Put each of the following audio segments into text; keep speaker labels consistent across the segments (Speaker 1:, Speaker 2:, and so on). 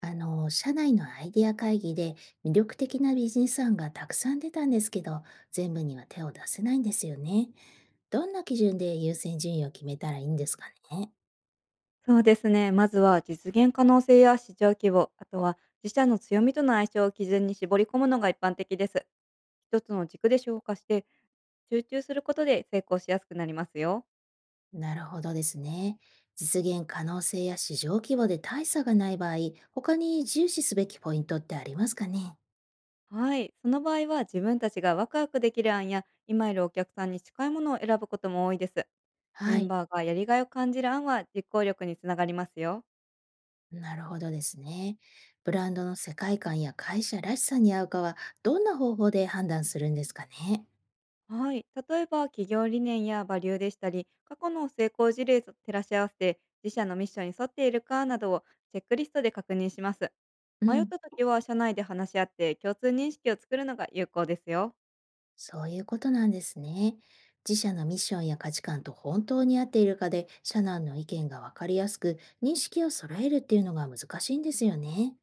Speaker 1: 社内のアイディア会議で魅力的なビジネス案がたくさん出たんですけど、全部には手を出せないんですよね。どんな基準で優先順位を決めたらいいんですかね。
Speaker 2: そうですね。まずは実現可能性や市場規模、あとは自社の強みとの相性を基準に絞り込むのが一般的です。一つの軸で消化して、集中することで成功しやすくなりますよ。
Speaker 1: なるほどですね。実現可能性や市場規模で大差がない場合、他に重視すべきポイントってありますかね。
Speaker 2: はい。その場合は自分たちがワクワクできる案や、今いるお客さんに近いものを選ぶことも多いです。メ
Speaker 1: は
Speaker 2: ン
Speaker 1: い。
Speaker 2: バーがやりがいを感じる案は実行力につながりますよ。
Speaker 1: なるほどですね。ブランドの世界観や会社らしさに合うかは、どんな方法で判断するんですかね。
Speaker 2: はい。例えば、企業理念やバリューでしたり、過去の成功事例と照らし合わせて、自社のミッションに沿っているかなどをチェックリストで確認します。
Speaker 1: う
Speaker 2: 迷っ
Speaker 1: ん。
Speaker 2: た時は、社内で話し合って共通認識を作るのが有効ですよ。
Speaker 1: そういうことなんですね。自社のミッションや価値観と本当に合っているかで、社内の意見が分かりやすく、認識を揃えるっていうのが難しいんですよね。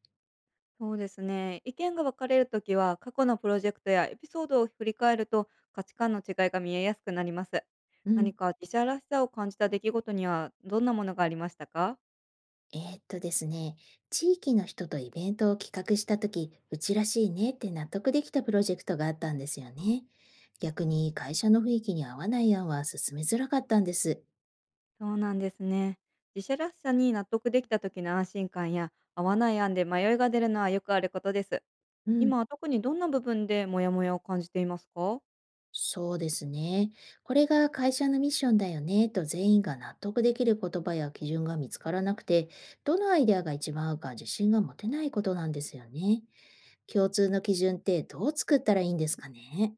Speaker 2: そうですね。意見が分かれるときは、過去のプロジェクトやエピソードを振り返ると、価値観の違いが見えやすくなります。
Speaker 1: う
Speaker 2: 何
Speaker 1: ん。
Speaker 2: か自社らしさを感じた出来事には、どんなものがありましたか？
Speaker 1: ですね、地域の人とイベントを企画したとき、うちらしいねって納得できたプロジェクトがあったんですよね。逆に会社の雰囲気に合わない案は進めづらかったんです。
Speaker 2: そうなんですね。自社らしさに納得できた時の安心感や合わない案で迷いが出るのはよくあることです。
Speaker 1: うん。
Speaker 2: 今は特にどんな部分でモヤモヤを感じていますか？
Speaker 1: そうですね。これが会社のミッションだよねと全員が納得できる言葉や基準が見つからなくて、どのアイデアが一番合うか自信が持てないことなんですよね。共通の基準ってどう作ったらいいんですかね。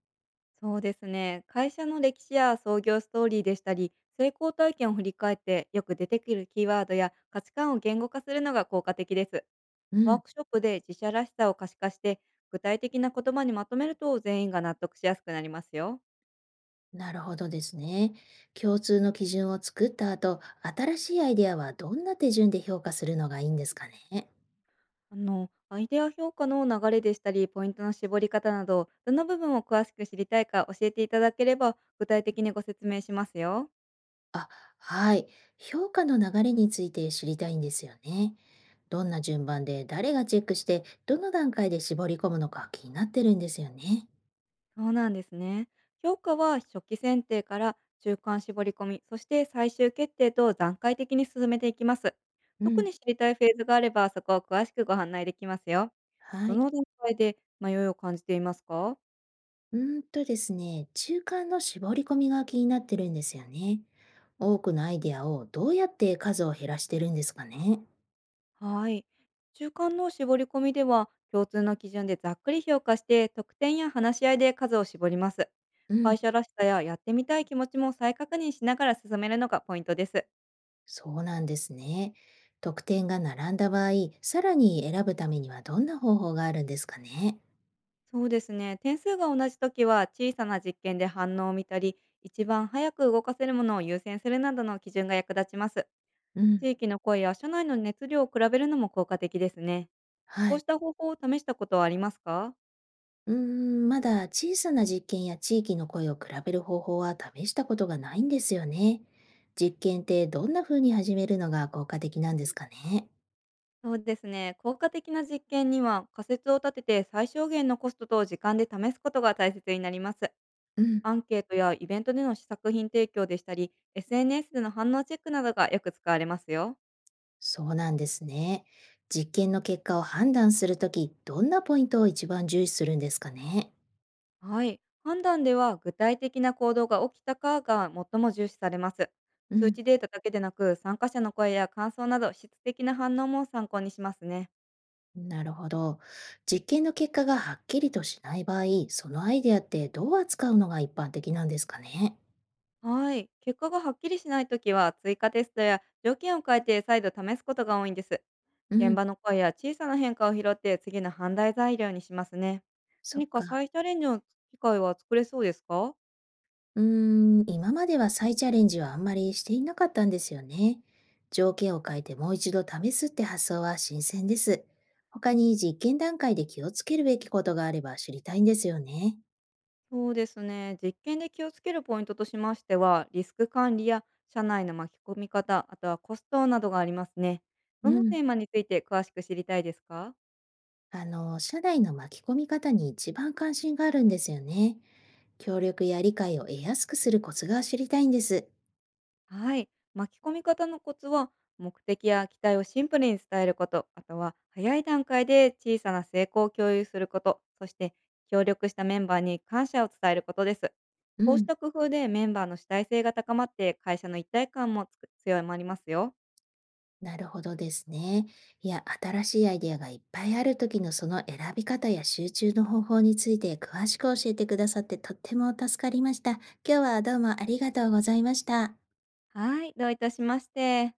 Speaker 2: そうですね。会社の歴史や創業ストーリーでしたり、成功体験を振り返ってよく出てくるキーワードや価値観を言語化するのが効果的です。
Speaker 1: う
Speaker 2: ワー
Speaker 1: ん、
Speaker 2: クショップで自社らしさを可視化して、具体的な言葉にまとめると全員が納得しやすくなりますよ。
Speaker 1: なるほどですね。共通の基準を作った後、新しいアイデアはどんな手順で評価するのがいいんですかね。
Speaker 2: アイデア評価の流れでしたり、ポイントの絞り方など、どの部分を詳しく知りたいか教えていただければ、具体的にご説明しますよ。
Speaker 1: あ、はい。評価の流れについて知りたいんですよね。どんな順番で誰がチェックして、どの段階で絞り込むのか気になってるんですよね。
Speaker 2: そうなんですね。評価は初期選定から中間絞り込み、そして最終決定と段階的に進めていきます。
Speaker 1: う
Speaker 2: 特
Speaker 1: ん、
Speaker 2: に知りたいフェーズがあれば、そこを詳しくご案内できますよ。
Speaker 1: は
Speaker 2: ど
Speaker 1: い。
Speaker 2: の段階で迷いを感じていますか？
Speaker 1: うーんとですね、中間の絞り込みが気になってるんですよね。多くのアイデアをどうやって数を減らしてるんですかね。
Speaker 2: はい。中間の絞り込みでは、共通の基準でざっくり評価して、得点や話し合いで数を絞ります。
Speaker 1: うん、
Speaker 2: 会社らしさややってみたい気持ちも再確認しながら進めるのがポイントです。
Speaker 1: そうなんですね。得点が並んだ場合、さらに選ぶためにはどんな方法があるんですかね。
Speaker 2: そうですね。点数が同じ時は、小さな実験で反応を見たり、一番早く動かせるものを優先するなどの基準が役立ちます。
Speaker 1: うん。
Speaker 2: 地域の声や社内の熱量を比べるのも効果的ですね。
Speaker 1: は
Speaker 2: こう
Speaker 1: い。
Speaker 2: した方法を試したことはありますか？
Speaker 1: うーん、まだ小さな実験や地域の声を比べる方法は試したことがないんですよね。実験ってどんな風に始めるのが効果的なんですかね。
Speaker 2: そうですね。効果的な実験には仮説を立てて最小限のコストと時間で試すことが大切になります。
Speaker 1: うん、
Speaker 2: アンケートやイベントでの試作品提供でしたり、SNS での反応チェックなどがよく使われますよ。
Speaker 1: そうなんですね。実験の結果を判断するとき、どんなポイントを一番重視するんですかね。
Speaker 2: はい。判断では具体的な行動が起きたかが最も重視されます。
Speaker 1: う
Speaker 2: 数
Speaker 1: ん。
Speaker 2: 値データだけでなく参加者の声や感想など質的な反応も参考にしますね。
Speaker 1: なるほど。実験の結果がはっきりとしない場合、そのアイデアってどう扱うのが一般的なんですかね。
Speaker 2: はい。結果がはっきりしないときは追加テストや条件を変えて再度試すことが多いんです。
Speaker 1: う
Speaker 2: 現
Speaker 1: ん、
Speaker 2: 場の声や小さな変化を拾って次の判断材料にしますね。
Speaker 1: そっ
Speaker 2: 何か
Speaker 1: か。
Speaker 2: 再チャレンジの機会は作れそうですか？
Speaker 1: うーん、今までは再チャレンジはあんまりしていなかったんですよね。条件を変えてもう一度試すって発想は新鮮です。他に実験段階で気をつけるべきことがあれば知りたいんですよね。
Speaker 2: そうですね。実験で気をつけるポイントとしましては、リスク管理や社内の巻き込み方、あとはコストなどがありますね。
Speaker 1: う
Speaker 2: どのテ
Speaker 1: ん、
Speaker 2: ーマについて詳しく知りたいですか？
Speaker 1: 社内の巻き込み方に一番関心があるんですよね。協力や理解を得やすくするコツが知りたいんです。
Speaker 2: はい。巻き込み方のコツは、目的や期待をシンプルに伝えること、あとは早い段階で小さな成功を共有すること、そして協力したメンバーに感謝を伝えることです。
Speaker 1: う
Speaker 2: こうし
Speaker 1: ん。
Speaker 2: た工夫でメンバーの主体性が高まって会社の一体感もつく強まりますよ。
Speaker 1: なるほどですね。いや、新しいアイデアがいっぱいある時のその選び方や集中の方法について詳しく教えてくださってとっても助かりました。今日はどうもありがとうございました。
Speaker 2: はい、どういたしまして。